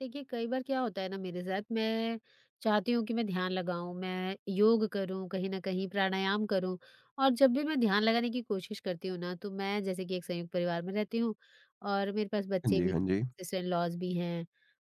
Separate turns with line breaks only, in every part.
देखिए, कई बार क्या होता है ना मेरे साथ, मैं चाहती हूँ कि मैं ध्यान लगाऊँ, मैं योग करूँ, कहीं न कहीं प्राणायाम करूँ। और जब भी मैं ध्यान लगाने की कोशिश करती हूँ ना, तो मैं जैसे कि एक संयुक्त परिवार में रहती हूँ और मेरे पास
हाँ
बच्चे
जी,
भी,
हाँ जी।
सिस्टर-इन-लॉज़ भी हैं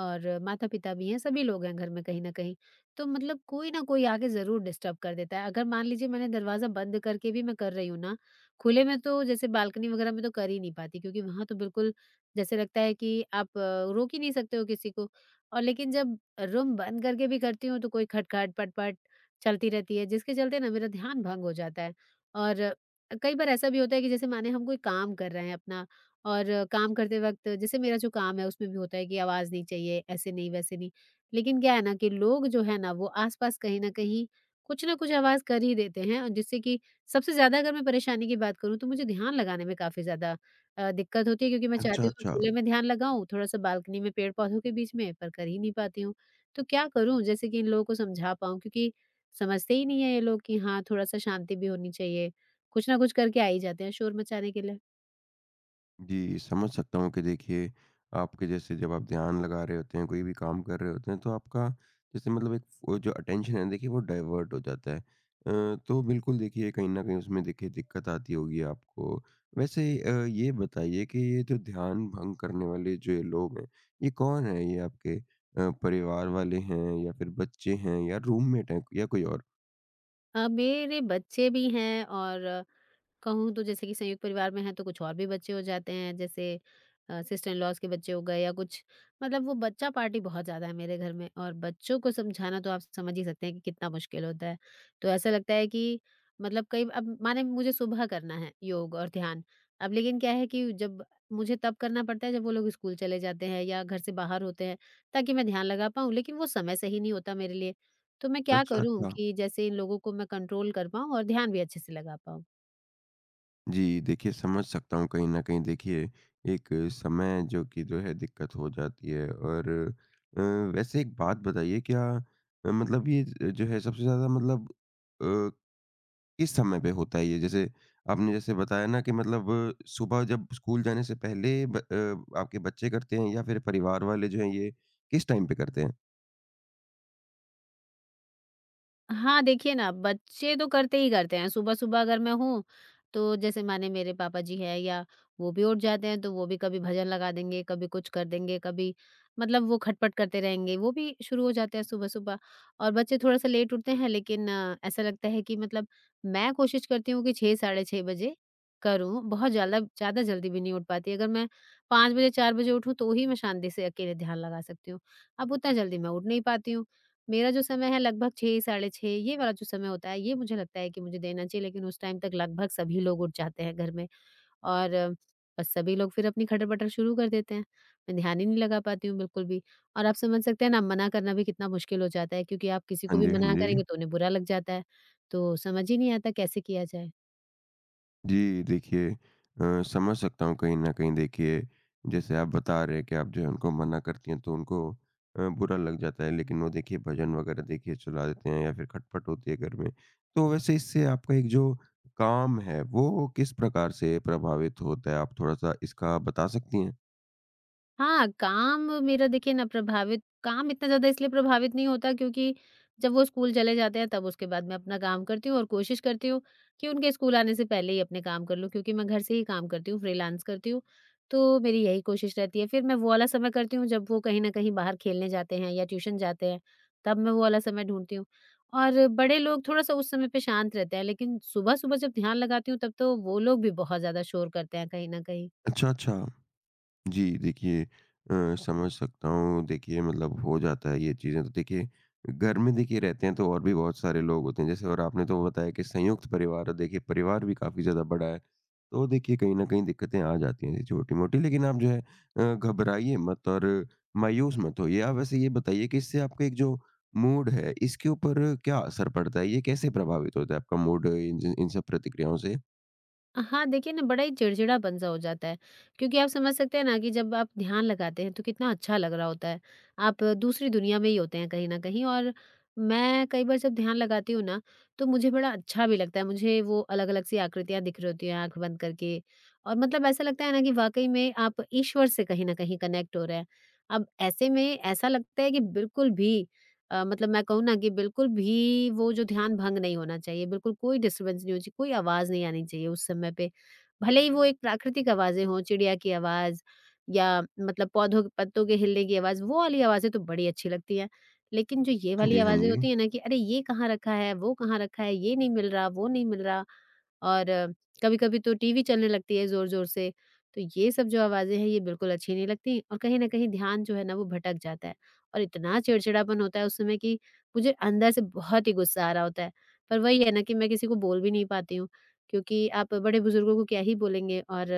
और माता-पिता भी हैं, सभी लोग हैं घर में कहीं न कहीं। तो मतलब कोई ना कोई आके ज़रूर डिस्टर्ब कर देता है। अगर मान लीजिए मैंने दरवाज़ा बंद करके भी मैं कर रही हूँ ना, खुले में तो जैसे बालकनी वगैरह में तो कर ही नहीं पाती क्योंकि वहाँ तो बिल्कुल जैसे लगता है कि आप रोक ही नहीं सकते हो किसी को। और लेकिन जब रूम बंद करके भी करती हूँ तो कोई खटखट पटपट चलती रहती है जिसके चलते ना मेरा ध्यान भंग हो जाता है। और अ, कई बार ऐसा भी होता है कि जैसे माने हम कोई काम कर रहे हैं अपना और काम करते वक्त जैसे मेरा जो काम है उसमें भी होता है कि आवाज़ नहीं चाहिए ऐसे नहीं वैसे नहीं। लेकिन क्या है ना कि लोग जो है ना वो आसपास कहीं ना कहीं कुछ ना कुछ आवाज़ कर ही देते हैं और जिससे कि सबसे ज़्यादा अगर मैं परेशानी की बात करूँ तो मुझे ध्यान लगाने में काफ़ी ज़्यादा दिक्कत होती है क्योंकि मैं चाहती
अच्छा,
हूँ मैं
अच्छा।
खुले में ध्यान लगाऊँ, थोड़ा-सा बालकनी में पेड़-पौधों के बीच में, पर कर ही नहीं पाती हूँ। तो क्या करूँ जैसे कि इन लोगों को समझा पाऊँ? क्योंकि समझते ही नहीं है ये लोग कि हाँ, थोड़ा-सा शांति भी होनी चाहिए। कुछ ना कुछ करके आ ही जाते हैं शोर मचाने के लिए।
जी, समझ सकता हूँ कि देखिए आपके जैसे जब आप ध्यान लगा रहे होते हैं, कोई भी काम कर रहे होते हैं, तो आपका जैसे मतलब एक वो जो अटेंशन है देखिए वो डाइवर्ट हो जाता है। तो बिल्कुल देखिए कहीं न कहीं उसमें देखिए दिक्कत आती होगी आपको। वैसे ये बताइए कि ये जो ध्यान भंग करने वाले जो ये लोग हैं, ये कौन हैं? ये आपके परिवार वाले हैं या फिर बच्चे हैं या रूममेट हैं या कोई और?
मेरे बच्चे भी हैं और कहूँ तो जैसे कि संयुक्त परिवार में है तो कुछ और भी बच्चे हो जाते हैं जैसे सिस्टर इन लॉज के बच्चे हो गए या कुछ। मतलब वो बच्चा पार्टी बहुत ज्यादा है मेरे घर में और बच्चों को समझाना तो आप समझ ही सकते हैं कि कितना मुश्किल होता है। तो ऐसा लगता है कि मतलब कई अब माने मुझे सुबह करना है योग और ध्यान। अब लेकिन क्या है कि जब मुझे तब करना पड़ता है जब वो लोग स्कूल चले जाते हैं या घर से बाहर होते हैं ताकि मैं ध्यान लगा पाऊँ लेकिन वो समय सही नहीं होता मेरे लिए। तो मैं क्या
अच्छा,
करूं
अच्छा।
कि जैसे इन लोगों को मैं कंट्रोल कर पाऊं और ध्यान भी अच्छे से लगा पाऊं।
जी, देखिए समझ सकता हूँ कहीं न कहीं देखिए एक समय जो कि जो है दिक्कत हो जाती है और अ, वैसे एक बात बताइए क्या मतलब ये ज जो है सबसे ज़्यादा मतलब अ, किस समय पे होता है ये? जैसे आपने जैसे बताया ना कि मतलब सुबह जब स्कूल जाने से पहले आपके बच्चे करते हैं या फिर परिवार वाले जो हैं ये किस टाइम पे करते हैं?
हाँ, देखिए ना, बच्चे तो करते ही करते हैं। सुबह-सुबह अगर मैं हूँ, तो जैसे माने मेरे पापा जी हैं या वो भी उठ जाते हैं, तो वो भी कभी भजन लगा देंगे, कभी कुछ कर देंगे, कभी मतलब वो खटपट करते रहेंगे। वो भी शुरू हो जाते हैं सुबह-सुबह। और बच्चे थोड़ा-सा लेट उठते हैं, लेकिन ऐसा लगता है कि मतलब मैं कोशिश करती हूँ कि 6 साढ़े 6 बजे करूँ। बहुत ज़्यादा ज़्यादा जल्दी भी नहीं उठ पाती। अगर मैं 5 बजे, 4 बजे उठूँ, तो ही मैं शांति से अकेले ध्यान लगा सकती हूँ। अब उतना जल्दी मैं उठ नहीं पाती हूँ। मेरा जो समय है लगभग 6 साढ़े 6 ये वाला जो समय होता है, ये मुझे लगता है कि मुझे देना चाहिए, लेकिन उस टाइम तक लगभग सभी लोग उठ जाते हैं घर में। और अ, बस सभी लोग फिर अपनी खटर-पटर शुरू कर देते हैं। मैं ध्यान ही नहीं लगा पाती हूँ बिल्कुल भी। और आप समझ सकते हैं ना मना करना भी कितना मुश्किल हो जाता है क्योंकि आप किसी को
हाँ
भी
जी, हाँ
मना
जी।
करेंगे तो उन्हें बुरा लग जाता है। तो समझ ही नहीं आता कैसे किया जाए।
जी, देखिए समझ सकता हूँ कहीं न कहीं देखिए, जैसे आप बता रहे हैं कि आप जो है उनको मना करती हैं तो उनको बुरा लग जाता है लेकिन वो देखिए भजन वगैरह देखिए चला देते हैं या फिर खटपट होती है घर में। तो वैसे इससे आपका एक जो काम है वो किस प्रकार से प्रभावित होता है? आप थोड़ा-सा इसका बता सकती हैं?
हाँ, काम मेरा देखिए ना प्रभावित काम इतना ज़्यादा इसलिए प्रभावित नहीं होता क्योंकि जब वो स्कूल चले जाते हैं तब उसके बाद मैं अपना काम करती हूँ और कोशिश करती हूँ कि उनके स्कूल आने से पहले ही अपने काम कर लूँ क्योंकि मैं घर से ही काम करती हूँ, फ्रीलांस करती हूँ। तो मेरी यही कोशिश रहती है। फिर मैं वो वाला समय करती हूँ जब वो कहीं न कहीं बाहर खेलने जाते हैं या ट्यूशन जाते हैं, तब मैं वो वाला समय ढूँढती हूँ। और बड़े लोग थोड़ा-सा उस समय पे शांत रहते हैं लेकिन सुबह-सुबह जब ध्यान लगाती हूँ तब तो वो लोग भी बहुत ज़्यादा शोर करते हैं कहीं न कहीं।
अच्छा, अच्छा। जी, देखिए समझ सकता हूँ। देखिए मतलब हो जाता है ये चीज़ें तो देखिए घर में देखिए रहते हैं तो और भी बहुत सारे लोग होते हैं जैसे, और आपने तो बताया कि संयुक्त परिवार है, देखिए परिवार भी काफ़ी ज़्यादा बड़ा है। तो देखिए कहीं न कहीं दिक्कतें आ जाती हैं छोटी-मोटी, लेकिन आप जो है घबराइए मत और मायूस मत होइए। आप वैसे ये बताइए कि इससे आपका एक जो मूड है इसके ऊपर क्या असर पड़ता है? ये कैसे प्रभावित होता है आपका मूड इन इन सब प्रतिक्रियाओं से?
हाँ, देखिए ना बड़ा ही चिड़चिड़ापन सा हो जाता है, क्योंकि आप समझ सकते हैं ना कि जब आप ध्यान लगाते हैं तो कितना अच्छा लग रहा होता है। आप दूसरी दुनिया में ही होते हैं कहीं न कहीं। और मैं कई बार जब ध्यान लगाती हूँ ना, तो मुझे बड़ा अच्छा भी लगता है। मुझे वो अलग-अलग सी आकृतियाँ दिख रही होती हैं आँख बंद करके। और मतलब ऐसा लगता है ना कि वाक़ई में आप ईश्वर से कहीं न कहीं कनेक्ट हो रहे हैं। अब ऐसे में ऐसा लगता है कि बिल्कुल भी मतलब मैं कहूँ ना कि बिल्कुल भी वो जो ध्यान भंग नहीं होना चाहिए, बिल्कुल कोई डिस्टर्बेंस नहीं होनी चाहिए, कोई आवाज़ नहीं आनी चाहिए उस समय पे। भले ही वो एक प्राकृतिक आवाज़ें हों, चिड़िया की आवाज़ या मतलब पौधों के पत्तों के हिलने की आवाज़, वो वाली आवाज़ें तो बड़ी अच्छी लगती हैं। लेकिन जो ये
हाँ
वाली
जी, हाँ
आवाज़ें
जी।
होती हैं ना कि अरे! ये कहाँ रखा है, वो कहाँ रखा है, ये नहीं मिल रहा, वो नहीं मिल रहा। और कभी-कभी तो टीवी चलने लगती है ज़ोर-ज़ोर से। तो ये सब जो आवाज़ें हैं, ये बिल्कुल अच्छी नहीं लगती और कहीं न कहीं ध्यान जो है ना वो भटक जाता है। और इतना चिड़चिड़ापन होता है उस समय कि मुझे अंदर से बहुत ही गुस्सा आ रहा होता है। पर वही है ना कि मैं किसी को बोल भी नहीं पाती हूँ, क्योंकि आप बड़े-बुजुर्गों को क्या ही बोलेंगे। और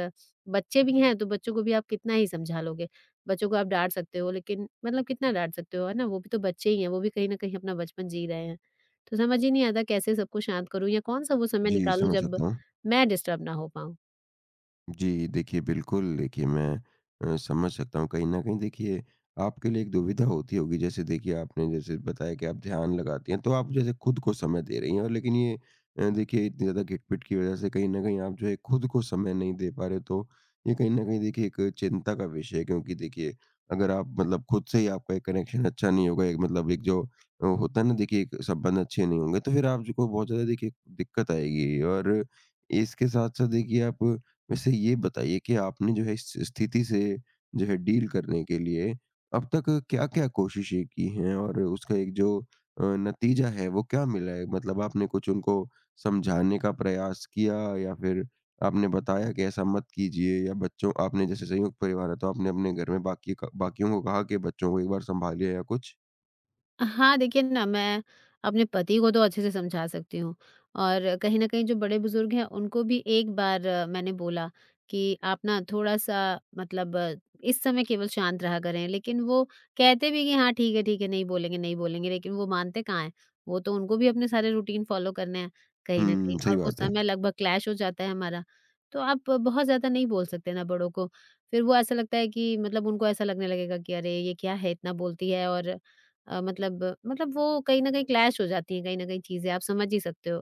बच्चे भी हैं, तो बच्चों को भी आप कितना ही समझा लोगे। बच्चों को आप डाँट सकते हो, लेकिन मतलब कितना डाँट सकते हो, है ना? वो भी तो बच्चे ही हैं, वो भी कहीं न कहीं अपना बचपन जी रहे हैं। तो समझ ही नहीं आता कैसे सबको शांत करूँ या कौन-सा वो समय
जी,
निकालूँ
समझ
जब
सकता हूँ।
मैं डिस्टर्ब ना हो पाऊँ।
जी, देखिए बिल्कुल, देखिए मैं समझ सकता हूँ कहीं न कहीं देखिए आपके लिए एक दुविधा होती होगी। जैसे देखिए आपने जैसे बताया कि आप ध्यान लगाती हैं, तो आप जैसे खुद को समय दे रही हैं और लेकिन ये देखिए इतनी ज़्यादा खिटपिट की वज़ह से कहीं न कहीं आप जो है खुद को समय नहीं दे पा रहे हो, तो ये कहीं न कहीं देखिए एक चिंता का विषय है क्योंकि देखिए अगर आप मतलब खुद से ही आपका एक कनेक्शन अच्छा नहीं होगा, एक मतलब एक जो होता है ना देखिए, एक संबंध अच्छे नहीं होंगे, तो फिर आप जो को बहुत ज़्यादा देखिए दिक्कत आएगी। और इसके साथ-साथ देखिए आप वैसे ये बताइए कि आपने जो है इस स्थिति से जो है डील करने के लिए अब तक क्या-क्या कोशिशें की हैं और उसका एक जो नतीजा है वो क्या मिला है? मतलब आपने कुछ उनको समझाने का प्रयास किया या फिर आपने बताया कि ऐसा मत कीजिए, या बच्चों आपने जैसे संयुक्त परिवार है तो आपने अपने घर में बाकी क बाकियों को कहा कि बच्चों को एक बार सँभालिए या कुछ?
हाँ, देखिए ना मैं अपने पति को तो अच्छे से समझा सकती हूँ। और कहीं न कहीं जो बड़े-बुज़ुर्ग हैं उनको भी एक बार मैंने बोला कि आप ना थोड़ा-सा मतलब इस समय केवल शांत रहा करें। लेकिन वो कहते भी कि हाँ, ठीक है, नहीं बोलेंगे, नहीं बोलेंगे, लेकिन वो मानते कहाँ हैं। वो तो उनको भी अपने सारे रूटीन फ़ॉलो करने हैं कहीं न कहीं
हुँ,
और
सही
वो
बात है।
समय लगभग क्लैश हो जाता है हमारा। तो आप बहुत ज़्यादा नहीं बोल सकते ना बड़ों को। फिर वो ऐसा लगता है कि मतलब उनको ऐसा लगने लगेगा कि अरे! ये क्या है इतना बोलती है। और मतलब वो कहीं न कहीं क्लैश हो जाती है कहीं न कहीं चीज़ें आप समझ ही सकते हो,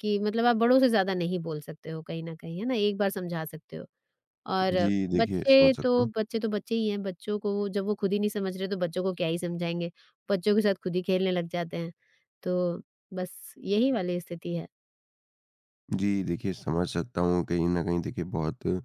कि मतलब आप बड़ों से ज़्यादा नहीं बोल सकते हो कहीं न कहीं, है ना? एक बार समझा सकते हो। और
जी, देखिए समझ
बच्चे
सकता
तो
हूँ।
बच्चे तो बच्चे ही हैं, बच्चों को वो- जब वो खुद ही नहीं समझ रहे तो बच्चों को क्या ही समझाएँगे, बच्चों के साथ खुद ही खेलने लग जाते हैं। तो बस यही वाली स्थिति है।
जी, देखिए समझ सकता हूँ कहीं न कहीं देखिए बहुत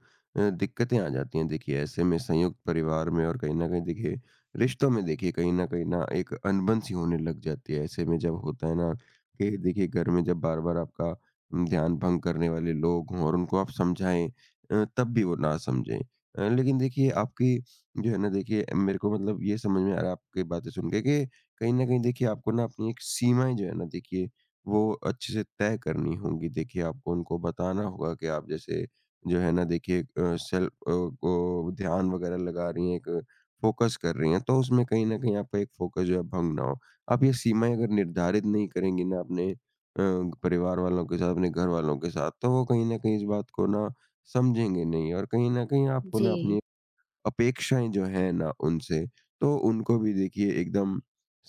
दिक्कतें आ जाती हैं देखिए ऐसे में संयुक्त परिवार में, और कहीं न कहीं देखिए रिश्तों में देखिए कहीं न कहीं ना एक अनबन सी होने लग जाती है। ऐसे में जब होता है ना कि देखिए घर में जब बार-बार आपका ध्यान भंग करने वाले लोग हों और उनको आप समझाएँ तब भी वो ना समझें। लेकिन देखिए आपकी जो है ना देखिए, मेरे को मतलब ये समझ में आ रहा है आपकी बातें सुन के, कि कहीं न कहीं देखिए आपको ना अपनी एक सीमाएँ जो है ना देखिए वो अच्छे से तय करनी होंगी। देखिए, आपको उनको बताना होगा कि आप जैसे जो है ना देखिए सेल्फ को ध्यान वगैरह लगा रही हैं, एक फ़ोकस कर रही हैं, तो उसमें कहीं न कहीं आपका एक फ़ोकस जो है भंग ना हो। आप ये सीमाएँ अगर निर्धारित नहीं करेंगी ना अपने परिवार वालों के साथ, अपने घर वालों के साथ, तो वो कहीं न कहीं इस बात को ना समझेंगे नहीं, और कहीं न कहीं आपको ना
जी।
अपनी अपेक्षाएँ जो हैं ना उनसे, तो उनको भी देखिए एकदम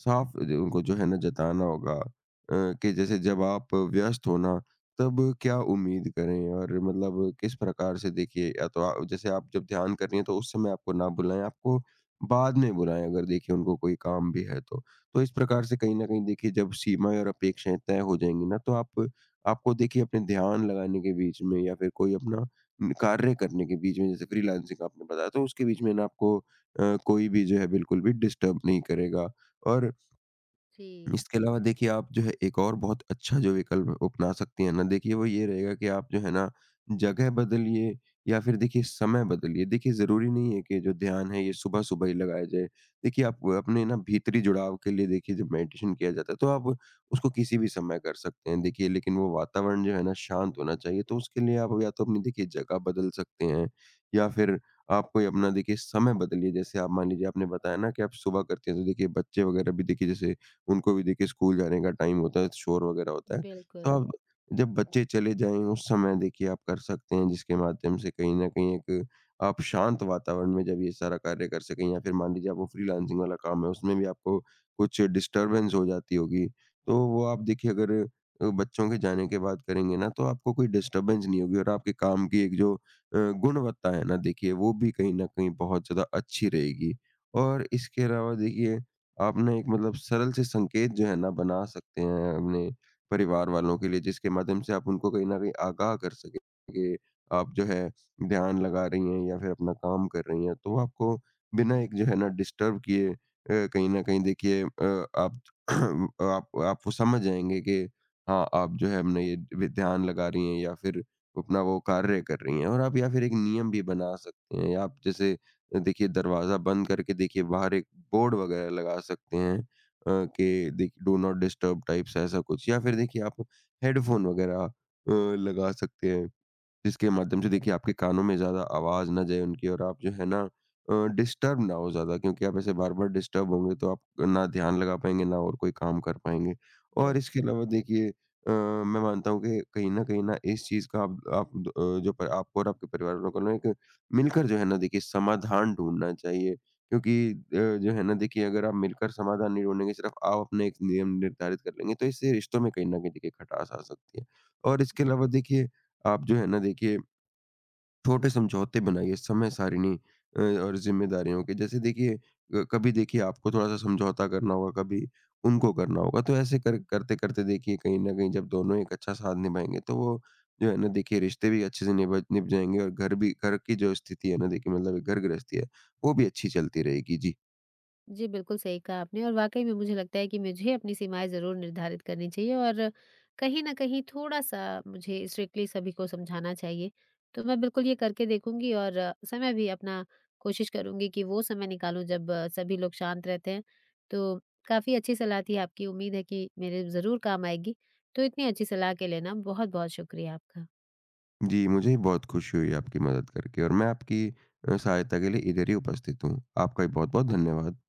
साफ जो उनको जो है ना जताना होगा कि जैसे जब आप व्यस्त हो ना, तब क्या उम्मीद करें, और मतलब किस प्रकार से देखिए या तो जैसे आप जब ध्यान कर रही हैं तो उस समय आपको ना बुलाएँ, आपको बाद में बुलाएँ अगर देखिए उनको कोई काम भी है तो। तो इस प्रकार से कहीं न कहीं देखिए जब सीमाएँ और अपेक्षाएँ तय हो जाएँगी ना, तो आप आपको देखिए अपने ध्यान लगाने के बीच में, या फिर कोई अपना कार्य करने के बीच में जैसे फ्रीलांसिंग आपने बताया, तो उसके बीच में ना आपको कोई भी जो है बिल्कुल भी डिस्टर्ब नहीं करेगा। और
जी,
इसके अलावा देखिए आप जो है एक और बहुत अच्छा जो विकल्प अपना सकती हैं ना देखिए, वो ये रहेगा कि आप जो है ना जगह बदलिए या फिर देखिए समय बदलिए। देखिए ज़रूरी नहीं है कि जो ध्यान है ये सुबह-सुबह ही लगाया जाए। देखिए आप वो अपने ना भीतरी जुड़ाव के लिए देखिए जब मेडिटेशन किया जाता है तो आप उसको किसी भी समय कर सकते हैं। देखिए लेकिन वो वातावरण जो है ना शांत होना चाहिए, तो उसके लिए आप या तो अपनी देखिए जगह बदल सकते हैं या फिर आप कोई अपना देखिए समय बदलिए। जैसे आप मान लीजिए, आपने बताया ना कि आप सुबह करते हैं, तो देखिए बच्चे वग़ैरह भी देखिए जैसे उनको भी देखिए स्कूल जाने का टाइम होता है, शोर वगैरह होता है। तो
बिल्कुल,
आप जब बच्चे चले जाएँ उस समय देखिए आप कर सकते हैं, जिसके माध्यम से कहीं न कहीं एक आप शांत वातावरण में जब ये सारा कार्य कर सकें, या फिर मान लीजिए आपको फ्रीलांसिंग वाला काम है, उसमें भी आपको कुछ डिस्टर्बेंस हो जाती होगी। तो वो आप देखिए अगर बच्चों के जाने के बाद करेंगे ना, तो आपको कोई डिस्टर्बेंस नहीं होगी और आपके काम की एक जो गुणवत्ता है ना देखिए वो भी कहीं न कहीं बहुत ज़्यादा अच्छी रहेगी। और इसके अलावा देखिए आपने एक, मतलब सरल से संकेत जो है ना बना सकते हैं अपने परिवार वालों के लिए, जिसके माध्यम से आप उनको कहीं न कहीं आगाह कर सकें कि आप जो है ध्यान लगा रही हैं या फिर अपना काम कर रही हैं। तो आपको बिना एक जो है ना डिस्टर्ब किए कहीं न कहीं देखिए आप आप वो समझ जाएँगे कि हाँ, आप जो है अपना ये वि ध्यान लगा रही हैं, या फिर अपना वो कार्य कर रही हैं। और आप या फिर एक नियम भी बना सकते हैं। आप जैसे देखिए दरवाज़ा बंद करके देखिए बाहर एक बोर्ड वगैरह लगा सकते हैं कि देखिए डू नॉट डिस्टर्ब टाइप्स ऐसा कुछ, या फिर देखिए आप हेडफ़ोन वगैरह लगा सकते हैं। जिसके माध्यम से देखिए आपके कानों में ज़्यादा आवाज़ ना जाए उनकी, और आप जो है ना डिस्टर्ब ना हो ज़्यादा, क्योंकि आप ऐसे बार-बार डिस्टर्ब होंगे तो आप ना ध्यान लगा पाएँगे, ना और कोई काम कर पाएँगे। और
बिल्कुल।
इसके अलावा देखिए अ, मैं मानता हूँ कि कहीं न कहीं ना इस चीज़ का आप द अ, जो प आपको और आपके परिवार वालों को ना एक मिलकर जो है ना देखिए समाधान ढूँढना चाहिए, क्योंकि जो है ना देखिए अगर आप मिलकर समाधान नहीं ढूँढेंगे, सिर्फ़ आप अपने एक नियम निर्धारित कर लेंगे, तो इससे रिश्तों में कहीं न कहीं देखिए खटास आ सकती है। और इसके अलावा देखिए आप जो है ना देखिए छोटे समझौते बनाइए समय सारिणी और ज़िम्मेदारियों के। जैसे देखिए कभी देखिए आपको थोड़ा-सा समझौता करना होगा, कभी उनको करना होगा। तो ऐसे कर करते-करते देखिए कहीं न कहीं जब दोनों एक अच्छा साथ निभाएँगे, तो वो जो है ना देखिए रिश्ते भी अच्छे से निभ निभ जाएँगे और घर भी, घर की जो स्थिति है ना देखिए, मतलब घर गृहस्थी है, वो भी अच्छी चलती रहेगी। जी।
जी, बिल्कुल सही कहा आपने और वाक़ई में मुझे लगता है कि मुझे अपनी सीमाएँ ज़रूर निर्धारित करनी चाहिए और कहीं न कहीं थोड़ा-सा मुझे स्ट्रिक्टली सभी को समझाना चाहिए। तो मैं बिल्कुल ये करके देखूँगी और समय भी अपना कोशिश करूँगी कि वो समय निकालूँ जब सभी लोग शांत रहते हैं। तो काफ़ी अच्छी सलाह थी आपकी, उम्मीद है कि मेरे ज़रूर काम आएगी। तो इतनी अच्छी सलाह के लिए ना बहुत-बहुत शुक्रिया आपका।
जी, मुझे भी बहुत खुशी हुई आपकी मदद करके, और मैं आपकी सहायता के लिए इधर ही उपस्थित हूँ। आपका भी बहुत-बहुत धन्यवाद।